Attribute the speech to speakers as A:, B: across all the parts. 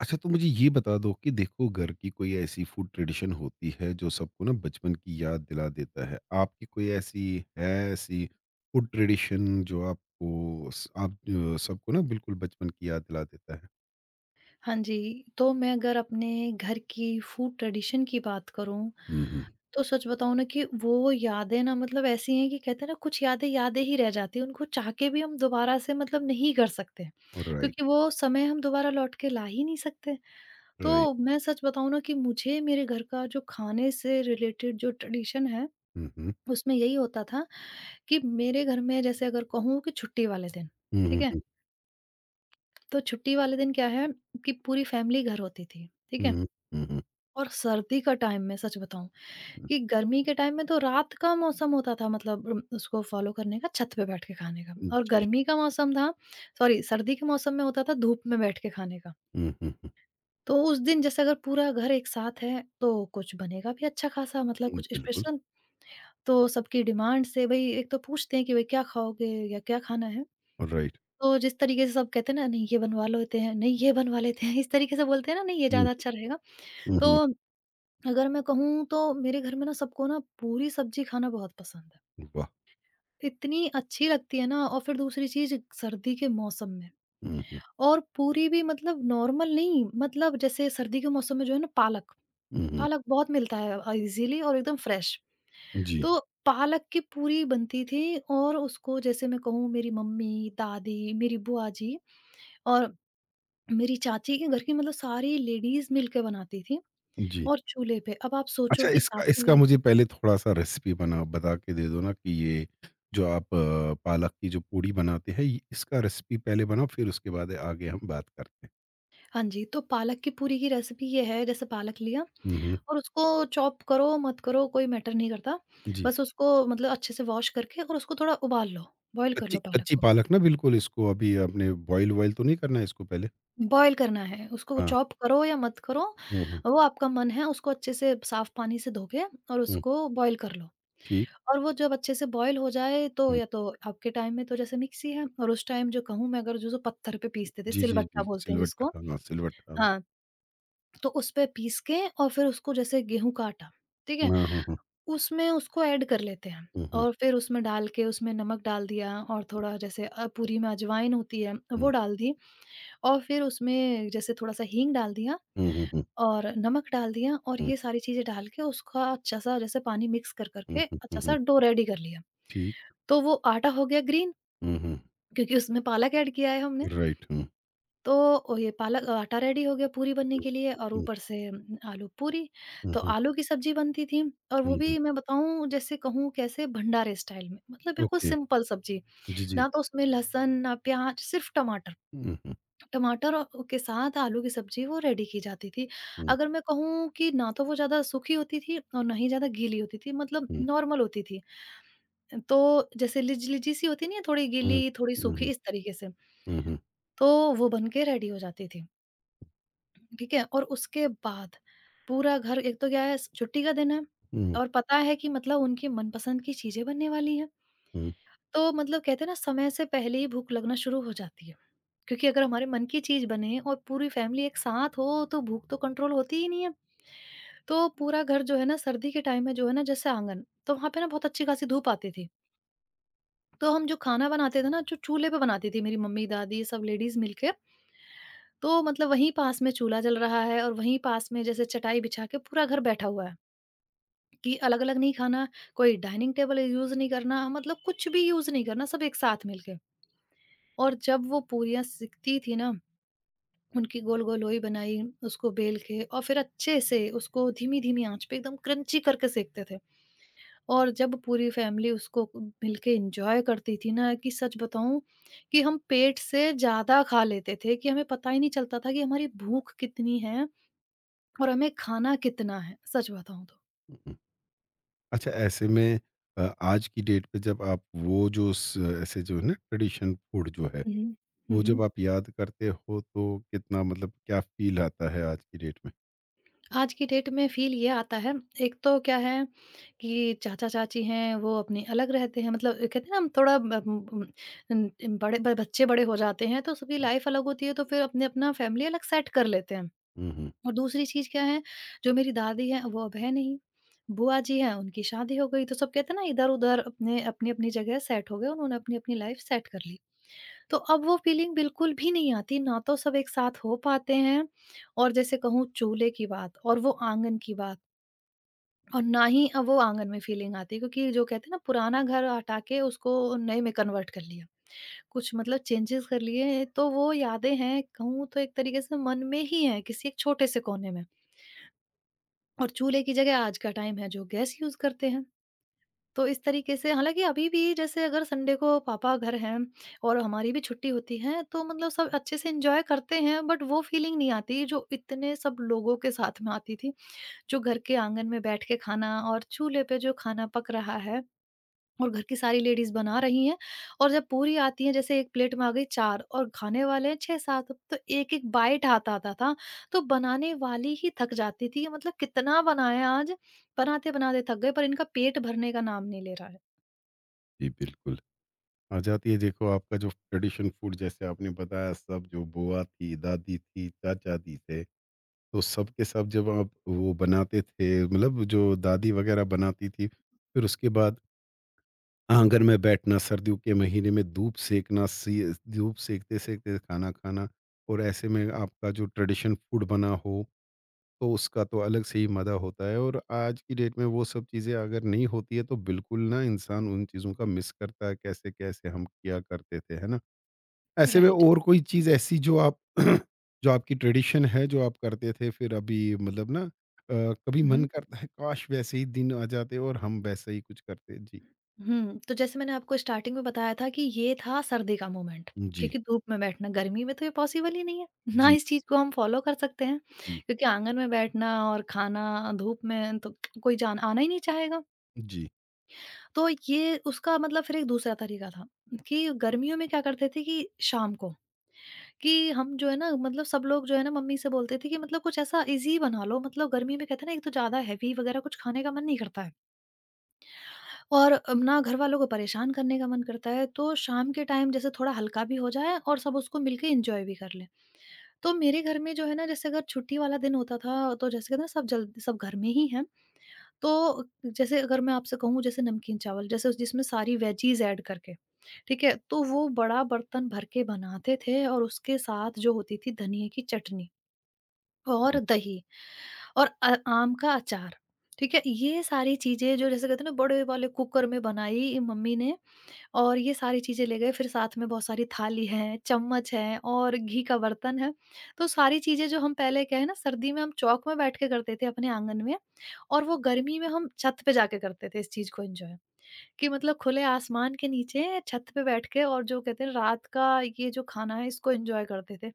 A: अच्छा, तो मुझे ये बता दो कि देखो, घर की कोई ऐसी फूड ट्रेडिशन होती है जो सबको ना बचपन की याद दिला देता है। आपकी कोई ऐसी है, ऐसी फूड ट्रेडिशन जो आपको स आप अ, सबको ना बिल्कुल बचपन की याद दिला देता है?
B: हाँ जी, तो मैं अगर अपने घर की फूड ट्रेडिशन की बात करूँ,
A: हुँ, हुँ।
B: तो सच बताऊँ ना कि वो यादें ना मतलब ऐसी हैं कि कहते हैं ना कुछ यादें यादें ही रह जाती हैं, उनको चाह के भी हम दोबारा से मतलब नहीं कर सकते,
A: राइट,
B: क्योंकि वो समय हम दोबारा लौट के ला ही नहीं सकते।
A: राइट।
B: तो मैं सच बताऊँ ना कि मुझे मेरे घर का जो खाने से रिलेटेड जो ट्रेडिशन है,
A: हुँ, हुँ।
B: उसमें यही होता था कि मेरे घर में जैसे अगर कहूँ कि छुट्टी वाले दिन,
A: हुँ,
B: ठीक
A: हुँ,
B: है?
A: हुँ।
B: तो छुट्टी वाले दिन क्या है कि पूरी फैमिली घर होती थी, ठीक है?
A: हुँ, हुँ, हुँ,
B: और सर्दी का टाइम में सच बताऊँ
A: हुँ।
B: कि गर्मी के टाइम में तो रात का मौसम होता था मतलब उसको फॉलो करने का छत पे बैठ के खाने का, और
A: जी।
B: गर्मी का मौसम था सॉरी सर्दी के मौसम में होता था धूप में बैठ के खाने का।
A: हुँ, हुँ, हुँ,
B: तो उस दिन जैसे अगर पूरा घर एक साथ है, तो कुछ बनेगा भी अच्छा-खासा, मतलब
A: हुँ।
B: कुछ
A: बिल्कुल,
B: स्पेशल। तो सबकी डिमांड से भई, एक तो पूछते हैं कि भई क्या खाओगे या क्या खाना है?
A: राइट।
B: तो जिस तरीके से सब कहते हैं ना, नहीं ये बनवा लेते हैं, नहीं ये बनवा लेते हैं, इस तरीके से बोलते हैं ना, नहीं ये
A: हुँ,
B: ज़्यादा अच्छा रहेगा।
A: हुँ,
B: तो
A: हुँ।
B: अगर मैं कहूँ, तो मेरे घर में ना सबको ना पूरी सब्ज़ी खाना बहुत पसंद है।
A: वाह!
B: इतनी अच्छी लगती है ना, और फिर दूसरी चीज़ सर्दी के मौसम में।
A: हुँ, हुँ।
B: और पूरी भी, मतलब नॉर्मल नहीं, मतलब जैसे सर्दी के मौसम में जो है ना पालक,
A: हुँ, हुँ।
B: पालक बहुत मिलता है ईज़िली और एकदम फ्रेश।
A: जी,
B: तो पालक की पूरी बनती थी, और उसको जैसे मैं कहूँ मेरी मम्मी, दादी, मेरी बुआ जी और मेरी चाची के घर की मतलब सारी लेडीज़ मिलके बनाती थी,
A: जी।
B: और चूल्हे पे। अब आप सोचो
A: अच्छा,
B: कि
A: इसका
B: चाची
A: इसका
B: भी।
A: मुझे पहले थोड़ा-सा रेसिपी बना बता के दे दो ना कि ये जो आप पालक की जो पूड़ी बनाते हैं, ये इसका रेसिपी पहले बनाओ, फिर उसके बाद आगे हम बात करते हैं।
B: हाँ जी, तो पालक की पूरी की रेसिपी ये है, जैसे पालक लिया
A: हुँ, हुँ।
B: और उसको चॉप करो मत करो, कोई मैटर नहीं करता।
A: जी।
B: बस उसको मतलब अच्छे से वॉश करके और उसको थोड़ा उबाल लो, बॉयल कर
A: कच्ची
B: लो पालक
A: कच्ची
B: को।
A: पालक ना, बिल्कुल इसको अभी आपने बॉयल वॉयल तो नहीं करना है इसको पहले?
B: बॉयल करना है, उसको
A: हाँ।
B: चॉप करो या मत करो
A: हुँ, हुँ,
B: वो आपका मन है, उसको अच्छे से साफ पानी से धो के और
A: हुँ।
B: उसको बॉयल कर लो।
A: ठीक।
B: और वो जब अच्छे से बॉयल हो जाए, तो
A: हुँ।
B: या तो आपके टाइम में तो जैसे मिक्सी है, और उस टाइम जो कहूँ मैं, अगर जो जो पत्थर पे पीसते थे
A: जी, जी,
B: सिलबट्टा
A: जी।
B: बोलते हैं
A: सिलवट्टा,
B: जिसको,
A: हाँ, सिलवट्टा।
B: हाँ, तो उस पे पीस के, और फिर उसको जैसे गेहूँ का आटा, ठीक है?
A: हाँ, हाँ, हाँ।
B: उसमें उसको ऐड कर लेते हैं,
A: हुँ, हुँ,
B: और फिर उसमें डाल के उसमें नमक डाल दिया, और थोड़ा जैसे पूरी में अजवाइन होती है
A: हुँ।
B: वो डाल दी, और फिर उसमें जैसे थोड़ा-सा हींग डाल दिया
A: हुँ, हुँ, हुँ,
B: और नमक डाल दिया, और
A: हुँ,
B: ये सारी चीज़ें डाल के उसका अच्छा-सा जैसे पानी मिक्स कर कर
A: हुँ,
B: के
A: हुँ, हुँ, हुँ।
B: अच्छा-सा डो रेडी कर लिया।
A: ठीक।
B: तो वो आटा हो गया ग्रीन,
A: हुँ, हुँ।
B: क्योंकि उसमें पालक ऐड किया है हमने।
A: राइट। हुँ,
B: तो ओ ये पालक आटा रेडी हो गया पूरी बनने
A: हुँ,
B: के लिए, और
A: हुँ,
B: ऊपर से आलू पूरी।
A: हुँ,
B: तो
A: हुँ,
B: आलू की सब्ज़ी बनती थी, और
A: हुँ,
B: वो
A: हुँ।
B: भी मैं बताऊँ जैसे कहूँ कैसे भंडारे स्टाइल में, मतलब बिल्कुल
A: ओके।
B: सिंपल सब्ज़ी।
A: जी, जी।
B: ना तो उसमें लहसुन, ना प्याज़, सिर्फ़ टमाटर।
A: हुँ, हुँ।
B: टमाटर औ के साथ आलू की सब्ज़ी वो रेडी की जाती थी।
A: हुँ,
B: अगर मैं कहूँ कि ना तो वो ज़्यादा सूखी होती थी और ना ही ज़्यादा गीली होती थी, मतलब
A: हुँ,
B: नॉर्मल होती थी। तो जैसे लिजी सी होती नहीं है, थोड़ी
A: हुँ,
B: गीली, थोड़ी
A: हुँ,
B: सूखी, इस तरीके से।
A: हुँ, हुँ,
B: तो वो बन के रेडी हो जाती थी। ठीक है? और उसके बाद पूरा घर, एक तो क्या है स छुट्टी का दिन है
A: हुँ,
B: और पता है कि मतलब उनकी मनपसंद की चीज़ें बनने वाली हैं।
A: हुँ,
B: तो मतलब कहते हैं ना, समय से पहले ही भूख लगना शुरू हो जाती है। क्योंकि अगर हमारे मन की चीज़ बने और पूरी फैमिली एक साथ हो, तो भूख तो कंट्रोल होती ही नहीं है। तो पूरा घर जो है ना, सर्दी के टाइम में जो है ना जैसे आँगन, तो वहाँ पे ना बहुत अच्छी खासी धूप आती थी। तो हम जो खाना बनाते थे ना, जो चूल्हे पे बनाती थी मेरी मम्मी, दादी सब लेडीज़ मिलके, तो मतलब वहीं पास में चूल्हा जल रहा है, और वहीं पास में जैसे चटाई बिछा के पूरा घर बैठा हुआ है। कि अलग-अलग नहीं खाना, कोई डाइनिंग टेबल यूज़ नहीं करना, मतलब कुछ भी यूज़ नहीं करना, सब एक साथ मिलके। और जब वो पूरियाँ सिकती थी ना, उनकी गोल-गोल लोई बनाई, उसको बेल के और फिर अच्छे से उसको धीमी-धीमी आँच पे एकदम क्रंची करके सेकते थे। और जब पूरी फैमिली उसको मिलके एन्जॉय करती थी ना, कि सच बताऊँ कि हम पेट से ज़्यादा खा लेते थे, कि हमें पता ही नहीं चलता था कि हमारी भूख कितनी है और हमें खाना कितना है, सच बताऊँ तो।
A: हुँ। अच्छा, ऐसे में आज की डेट पे जब आप वो जो स ऐसे, जो है ना ट्रेडिशन फूड जो है,
B: हुँ, हुँ। हुँ,
A: वो
B: हुँ।
A: जब आप याद करते हो तो कितना, मतलब क्या फ़ील आता है आज की डेट में?
B: आज की डेट में फ़ील ये आता है, एक तो क्या है कि चाचा-चाची हैं, वो अपनी अलग रहते हैं, मतलब कहते हैं ना, हम थोड़ा ब उम, उम, बड़े ब बच्चे बड़े हो जाते हैं तो सबकी लाइफ़ अलग होती है, तो फिर अपने अपना फ़ैमिली अलग सेट कर लेते हैं।
A: हुँ, हुँ,
B: और दूसरी चीज़ क्या है, जो मेरी दादी हैं वो अब है नहीं, बुआ जी हैं उनकी शादी हो गई, तो सब कहते हैं ना, इधर-उधर अपने अपनी-अपनी जगह सेट हो गए, उन्होंने अपनी-अपनी लाइफ़ सेट कर ली। तो अब वो फीलिंग बिल्कुल भी नहीं आती, ना तो सब एक साथ हो पाते हैं और जैसे कहूँ चूल्हे की बात और वो आँगन की बात, और ना ही अब वो आँगन में फीलिंग आती है, क्योंकि जो कहते हैं ना, पुराना घर हटा के उसको नए में कन्वर्ट कर लिया। कुछ मतलब चेंजेज़ कर लिए, तो वो यादें हैं, कहूँ तो एक तरीके से मन में ही हैं, किसी एक छोटे से कोने में। और चूल्हे की जगह आज का टाइम है, जो गैस यूज़ करते हैं। तो इस तरीके से हालाँकि अभी भी जैसे अगर संडे को पापा घर हैं और हमारी भी छुट्टी होती है, तो मतलब सब अच्छे से एन्जॉय करते हैं, बट वो फीलिंग नहीं आती जो इतने सब लोगों के साथ में आती थी। जो घर के आँगन में बैठ के खाना, और चूल्हे पे जो खाना पक रहा है और घर की सारी लेडीज़ बना रही हैं, और जब पूरी आती है, जैसे एक प्लेट में आ गई 4 और खाने वाले हैं 6-7, तो एक-एक बाइट हाथ आता था। तो बनाने वाली ही थक जाती थी, मतलब कितना बनाया आज, बनाते-बनाते थक गए, पर इनका पेट भरने का नाम नहीं ले रहा है।
A: जी, बिल्कुल। आ जाती है। देखो, आपका जो ट्रेडिशन फूड, जैसे आपने बताया, सब जो बुआ थी, दादी थी, चाचा जी थे, तो सबके सब जब आप वो बनाते थे, मतलब जो दादी वग़ैरह बनाती थी, फिर उसके बाद आंगन में बैठना, सर्दियों के महीने में धूप सेकना, सी धूप सेकते-सेकते खाना खाना और ऐसे में आपका जो ट्रेडिशन फूड बना हो, तो उसका तो अलग से ही मज़ा होता है। और आज की डेट में वो सब चीज़ें अगर नहीं होती है, तो बिल्कुल ना, इंसान उन चीज़ों का मिस करता है, कैसे-कैसे हम किया करते थे, है ना? ऐसे में
B: राइट।
A: और कोई चीज़ ऐसी जो आप जो आपकी ट्रेडिशन है, जो आप करते थे फिर अभी, मतलब ना कभी मन
B: हुँ।
A: करता है, काश वैसे ही दिन आ जाते और हम वैसे ही कुछ करते? जी।
B: तो जैसे मैंने आपको स्टार्टिंग में बताया था कि ये था सर्दी का मोमेंट,
A: जी,
B: क्योंकि धूप में बैठना गर्मी में तो ये पॉसिबल ही नहीं है, ना
A: जी,
B: इस चीज़ को हम फ़ॉलो कर सकते हैं,
A: जी।
B: क्योंकि आँगन में बैठना और खाना धूप में तो कोई जान आना ही नहीं चाहेगा।
A: जी।
B: तो ये उसका मतलब फिर एक दूसरा तरीका था कि गर्मियों में क्या करते थे, कि शाम को, कि हम जो है ना, मतलब सब लोग जो है ना मम्मी से बोलते थे कि मतलब कुछ ऐसा ईज़ी बना लो, मतलब गर्मी में कहते हैं ना, एक तो ज़्यादा हेवी वग़ैरह कुछ खाने का मन नहीं करता है। और अब ना घरवालों को परेशान करने का मन करता है, तो शाम के टाइम जैसे थोड़ा हल्का भी हो जाए और सब उसको मिलके एन्जॉय भी कर लें। तो मेरे घर में जो है ना, जैसे अगर छुट्टी वाला दिन होता था, तो जैसे कहते हैं ना, सब जल सब घर में ही हैं, तो जैसे अगर मैं आपसे कहूँ, जैसे नमकीन चावल जैसे जिसमें सारी वेजीज़ ऐड करके, ठीक है? तो वो बड़ा बर्तन भर के बनाते थे, और उसके साथ जो होती थी धनिये की चटनी। और दही और आम का अचार, ठीक है? ये सारी चीज़ें जो जैसे कहते हैं ना बड़े वाले कुकर में बनाई मम्मी ने, और ये सारी चीज़ें ले गए, फिर साथ में बहुत सारी थाली है, चम्मच है और घी का बर्तन है। तो सारी चीज़ें जो हम पहले, क्या है ना, सर्दी में हम चौक में बैठ के करते थे अपने आँगन में, और वो गर्मी में हम छत पे जाके करते थे इस चीज़ को एन्जॉय। कि मतलब खुले आसमान के नीचे छत पे बैठ के, और जो कहते हैं रात का ये जो खाना है, इसको एंजॉय करते थे।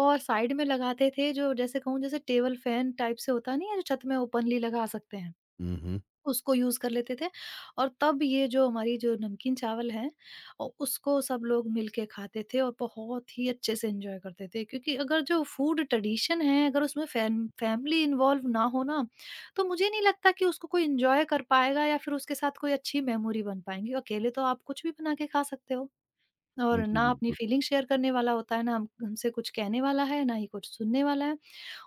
B: और साइड में लगाते थे, जो जैसे कहूँ जैसे टेबल फैन टाइप से होता नहीं है, जो छत में ओपनली लगा सकते हैं।
A: हुँ, हुँ, हुँ।
B: उसको यूज़ कर लेते थे। और तब ये जो हमारी जो नमकीन चावल है, उसको सब लोग मिल के खाते थे और बहुत ही अच्छे से एंजॉय करते थे, क्योंकि अगर जो फूड ट्रेडिशन है, अगर उसमें फैमिली इन्वॉल्व ना हो ना, तो मुझे नहीं लगता कि उसको कोई एंजॉय कर पाएगा, या फिर उसके साथ कोई अच्छी मेमोरी बन पाएंगी। अकेले तो आप कुछ भी बना के खा सकते हो, और
A: जी,
B: ना अपनी
A: बिल्कुल।
B: फीलिंग शेयर करने वाला होता है, ना हम हमसे कुछ कहने वाला है, ना ही कुछ सुनने वाला है।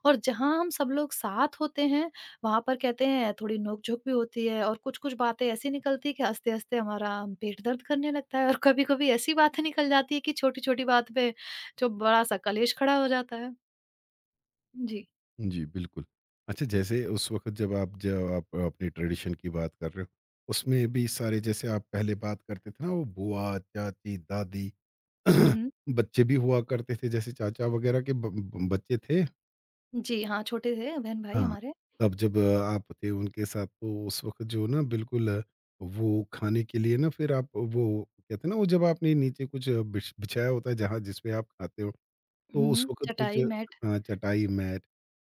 B: और जहाँ हम सब लोग साथ होते हैं, वहाँ पर कहते हैं, थोड़ी नोक-झोंक भी होती है, और कुछ-कुछ बातें ऐसी निकलती है कि हँसते-हँसते हमारा पेट दर्द करने लगता है, और कभी-कभी ऐसी बातें निकल जाती है कि छोटी-छोटी बात पे जो बड़ा-सा कलेश खड़ा हो जाता है। जी।
A: जी, बिल्कुल। अच्छा, जैसे उस वक़्त जब आप अपनी ट्रेडिशन की बात कर रहे हो, उसमें भी सारे, जैसे आप पहले बात करते थे ना, वो बुआ, चाची, दादी
B: हुँ, हुँ।
A: बच्चे भी हुआ करते थे, जैसे चाचा वग़ैरह के ब ब बच्चे थे।
B: जी, हाँ, छोटे थे बहन-भाई
A: हाँ,
B: हमारे।
A: तब जब आप थे उनके साथ, तो उस वक़्त जो ना, बिल्कुल वो खाने के लिए ना फिर आप वो, कहते हैं ना, वो जब आपने नीचे कुछ बिछाया होता है, जहाँ जिस पे आप खाते हो,
B: हुँ,
A: तो उस
B: हुँ।
A: वक़्त कुछ,
B: चटाई, मैट।
A: हाँ, चटाई, मैट,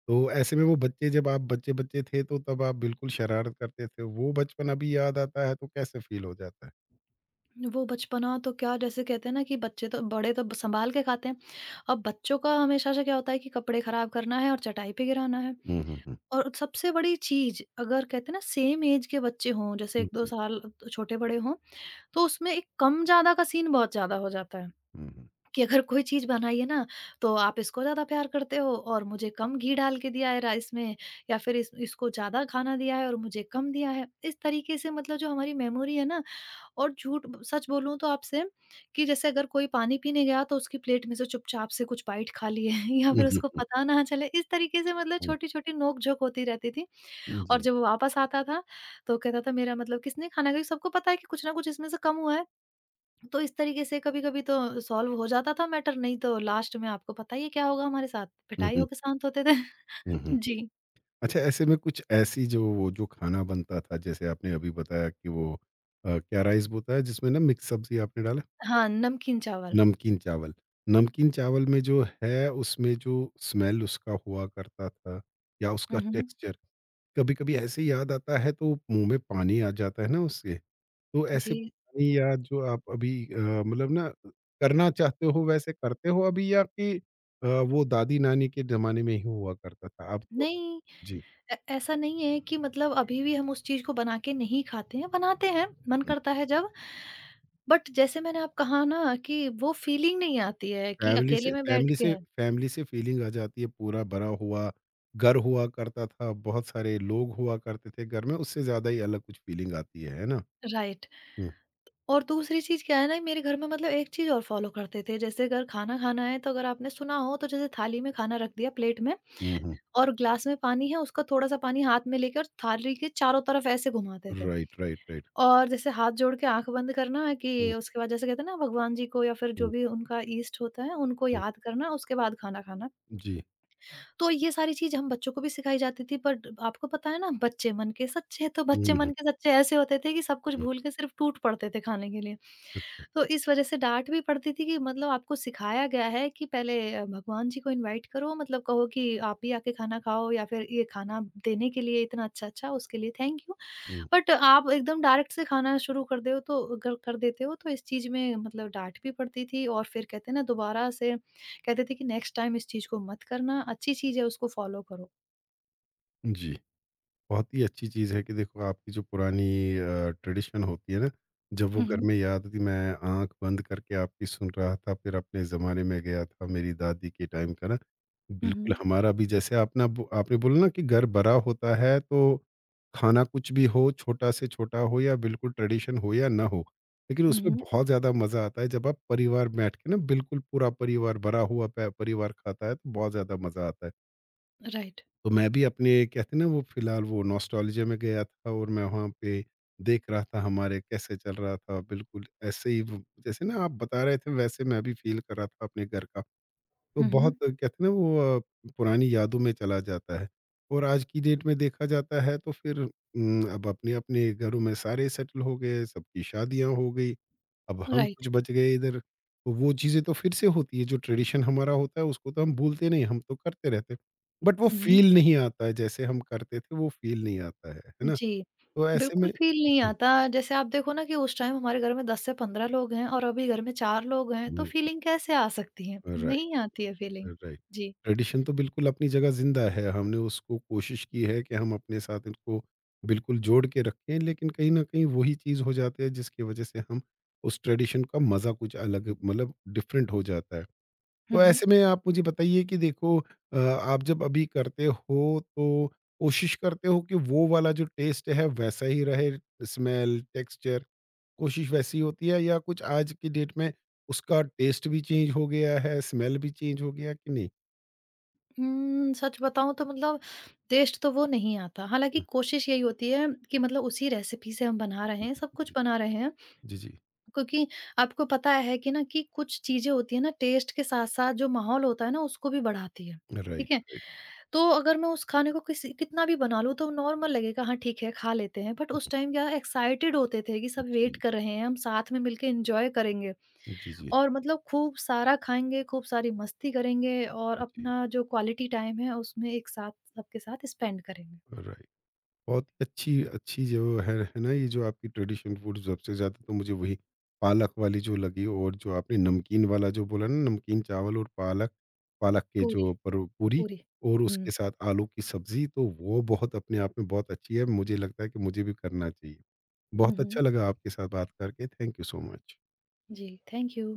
A: तो ऐसे में वो बच्चे, जब आप बच्चे-बच्चे थे तो तब आप बिल्कुल शरारत करते थे, वो बचपन अभी याद आता है तो कैसे फ़ील हो जाता है?
B: वो बचपना तो क्या, जैसे कहते हैं ना कि बच्चे तो बड़े तो सँभाल के खाते हैं। अब बच्चों का हमेशा से क्या होता है कि कपड़े ख़राब करना है और चटाई पे गिराना है।
A: हुँ, हुँ, हुँ।
B: और सबसे बड़ी चीज़, अगर कहते हैं ना, सेम एज के बच्चे हों, जैसे 1-2
A: जी।
B: साल तो छोटे बड़े हों, तो उसमें एक कम-ज़्यादा का सीन बहुत ज़्यादा हो जाता है।
A: हुँ, हुँ।
B: कि अगर कोई चीज़ बनाई है ना, तो आप इसको ज़्यादा प्यार करते हो और मुझे कम घी डाल के दिया है राइस में, या फिर इस इसको ज़्यादा खाना दिया है और मुझे कम दिया है। इस तरीके से मतलब जो हमारी मेमोरी है ना, और झूठ ब सच बोलूँ तो आपसे, कि जैसे अगर कोई पानी पीने गया, तो उसकी प्लेट में से चुपचाप से कुछ बाइट खा लिए या
A: हुँ,
B: फिर उसको
A: हुँ,
B: पता ना चले। इस तरीके से मतलब
A: हुँ,
B: छोटी-छोटी नोक-झोंक होती रहती थी।
A: हुँ,
B: और
A: जी।
B: जब वो वापस आता था, तो कहता था मेरा मतलब किसने खाना, क्योंकि सबको पता है कि कुछ ना कुछ इसमें से कम हुआ है। तो इस तरीके से कभी-कभी तो सॉल्व हो जाता था मैटर, नहीं तो लास्ट में आपको पता ही है क्या होगा हमारे साथ,
A: हुँ,
B: पिटाई
A: हुँ,
B: होके शांत होते थे।
A: हुँ, हुँ, हुँ।
B: जी।
A: अच्छा, ऐसे में कुछ ऐसी, जो वो जो खाना बनता था, जैसे आपने अभी बताया कि वो क्या राइस होता है जिसमें ना मिक्स सब्ज़ी आपने डाला?
B: हाँ, नमकीन चावल।
A: नमकीन चावल। नमकीन चावल में जो है, उसमें जो स्मेल उसका हुआ करता था या उसका
B: हुँ, हुँ।
A: टेक्सचर, कभी कभी ऐसे ही याद आता है तो मुंह में पानी आ जाता है ना उससे। तो
B: जी।
A: ऐसे पुरानी याद जो आप अभी मतलब ना करना चाहते हो, वैसे करते हो अभी, या कि वो दादी नानी के जमाने में ही हुआ करता था अब तो?
B: नहीं,
A: जी।
B: ऐ ऐसा नहीं है कि मतलब अभी भी हम उस चीज़ को बना के नहीं खाते हैं, बनाते हैं, मन करता है जब। बट जैसे मैंने आप कहा ना, कि वो फीलिंग नहीं आती है, कि
A: फैमिली से
B: अकेले में बैठ
A: फैमिली
B: के।
A: से फैमिली से फीलिंग आ जाती है। पूरा भरा हुआ घर हुआ करता था, बहुत सारे लोग हुआ करते थे घर में, उससे ज्यादा ही अलग कुछ फीलिंग आती है ना?
B: राइट।
A: हम्म,
B: और दूसरी चीज़ क्या है ना, मेरे घर में मतलब एक चीज़ और फ़ॉलो करते थे। जैसे अगर खाना खाना है, तो अगर आपने सुना हो, तो जैसे थाली में खाना रख दिया प्लेट में,
A: हम्म।
B: और ग्लास में पानी है, उसका थोड़ा-सा पानी हाथ में लेकर थाली के चारों तरफ ऐसे घुमाते थे।
A: Right, right, right.
B: और जैसे हाथ जोड़ के आँख बंद करना है, कि
A: हम्म,
B: उसके बाद जैसे कहते हैं ना भगवान जी को, या फिर जो
A: हम्म,
B: भी उनका इष्ट होता है, उनको
A: हम्म।
B: याद करना, उसके बाद खाना खाना।
A: जी।
B: तो ये सारी चीज़ हम बच्चों को भी सिखाई जाती थी, बट आपको पता है ना, बच्चे मन के सच्चे, तो
A: हम्म,
B: बच्चे
A: हम्म,
B: मन के सच्चे ऐसे होते थे कि सब कुछ भूल के सिर्फ़ टूट पड़ते थे खाने के लिए। तो इस वज़ह से डाँट भी पड़ती थी, कि मतलब आपको सिखाया गया है कि पहले भगवान जी को इनवाइट करो, मतलब कहो कि आप ही आके खाना खाओ, या फिर ये खाना देने के लिए इतना अच्छा-अच्छा, उसके लिए थैंक यू।
A: हम्म।
B: बट आप एकदम डायरेक्ट से खाना शुरू कर दे हो, तो अगर कर देते हो, तो इस चीज़ में मतलब डाँट भी पड़ती थी, और फिर कहते हैं ना, दोबारा से कहते थे कि नेक्स्ट टाइम इस चीज़ को मत करना, अच्छी चीज़ है उसको फॉलो करो।
A: जी। बहुत ही अच्छी चीज़ है कि देखो, आपकी जो पुरानी ट्रेडिशन होती है ना, जब वो
B: हुँ,
A: घर
B: हुँ।
A: में याद थी, मैं आँख बंद करके आपकी सुन रहा था, फिर अपने ज़माने में गया था, मेरी दादी के टाइम का ना,
B: हुँ,
A: बिल्कुल
B: हुँ।
A: हमारा भी, जैसे आप ना ब आपने बोला ना कि घर बड़ा होता है तो खाना कुछ भी हो, छोटा से छोटा हो या बिल्कुल ट्रेडिशन हो या ना हो, लेकिन
B: हुँ,
A: उसमें
B: हुँ।
A: बहुत ज़्यादा मज़ा आता है जब आप परिवार बैठ के ना, बिल्कुल पूरा परिवार, भरा हुआ प परिवार खाता है तो बहुत ज़्यादा मज़ा आता है।
B: राइट।
A: तो मैं भी अपने, कहते हैं ना, वो फिलहाल वो नॉस्टैल्जिया में गया था और मैं वहाँ पे देख रहा था, हमारे कैसे चल रहा था, बिल्कुल ऐसे ही वो, जैसे ना आप बता रहे थे वैसे मैं भी फ़ील कर रहा था अपने घर का। तो
B: हुँ, हुँ।
A: बहुत, कहते हैं ना वो पुरानी यादों में चला जाता है। और आज की डेट में देखा जाता है तो फिर अब अपने-अपने घरों में सारे सेटल हो गए, सबकी शादियाँ हो गई। अब हम
B: राइट।
A: कुछ बच गए इधर, तो वो चीज़ें तो फिर से होती है, जो ट्रेडिशन हमारा होता है उसको तो हम भूलते नहीं, हम तो करते रहते हैं। बट वो
B: हुँ, हुँ।
A: फ़ील नहीं आता है, जैसे हम करते थे वो फ़ील नहीं आता है ना?
B: जी।
A: तो ऐसे
B: बिल्कुल
A: में।
B: फ़ील नहीं
A: जी।
B: आता, जैसे आप देखो ना कि उस टाइम हमारे घर में 10 से 15 लोग हैं, और अभी घर में 4 लोग हैं, तो
A: हुँ।
B: फ़ीलिंग कैसे आ सकती है?
A: राइट,
B: नहीं आती है फ़ीलिंग।
A: राइट।
B: जी।
A: ट्रेडिशन तो बिल्कुल अपनी जगह ज़िंदा है, हमने उसको कोशिश की है कि हम अपने साथ इनको बिल्कुल जोड़ के रखें, लेकिन कहीं न कहीं वही चीज़ हो जाती है जिसकी वजह से हम उस ट्रेडिशन का मज़ा कुछ अलग, मतलब डिफरेंट हो जाता है।
B: हुँ,
A: तो
B: हुँ।
A: ऐसे में आप मुझे बताइए कि देखो, आप जब अभी करते हो, तो कोशिश करते हो कि वो वाला जो टेस्ट है वैसा ही रहे, स्मेल, टेक्सचर, कोशिश वैसी होती है या कुछ आज की डेट में उसका टेस्ट भी चेंज हो गया है, स्मेल भी चेंज हो गया कि नहीं?
B: सच बताऊँ तो मतलब टेस्ट तो वो नहीं आता। हालाँकि
A: हम्म।
B: कोशिश यही होती है कि मतलब उसी रेसिपी से हम बना रहे हैं, सब कुछ बना रहे हैं।
A: जी, जी, जी।
B: क्योंकि आपको पता है कि ना, कि कुछ चीज़ें होती हैं ना, टेस्ट के साथ-साथ जो माहौल होता है ना, उसको भी बढ़ाती है।
A: राइट,
B: ठीक है?
A: राइट।
B: तो अगर मैं उस खाने को किसी कितना भी बना लूँ, तो नॉर्मल लगेगा, हाँ ठीक है, खा लेते हैं। बट उस टाइम क्या एक्साइटेड होते थे, कि सब वेट
A: जी,
B: कर रहे हैं, हम साथ में मिलके एन्जॉय करेंगे।
A: जी, जी, जी।
B: और मतलब खूब सारा खाएँगे, खूब सारी मस्ती करेंगे, और अपना जो क्वालिटी टाइम है उसमें एक साथ सबके साथ स्पेंड करेंगे।
A: राइट। बहुत ही अच्छी अच्छी जो है ना, ये जो आपकी ट्रेडिशन फूड, सबसे ज़्यादा तो मुझे वही पालक वाली जो लगी, और जो आपने नमकीन वाला जो बोला ना, नमकीन चावल, और पालक, पालक के
B: पूरी।
A: जो पर पूरी
B: पूरी।
A: और उसके
B: हुँ,
A: साथ आलू की सब्जी, तो वो बहुत अपने आप में बहुत अच्छी है, मुझे लगता है कि मुझे भी करना चाहिए।
B: हुँ,
A: बहुत अच्छा
B: हुँ।
A: लगा आपके साथ बात करके। Thank you so much.
B: जी, थैंक यू।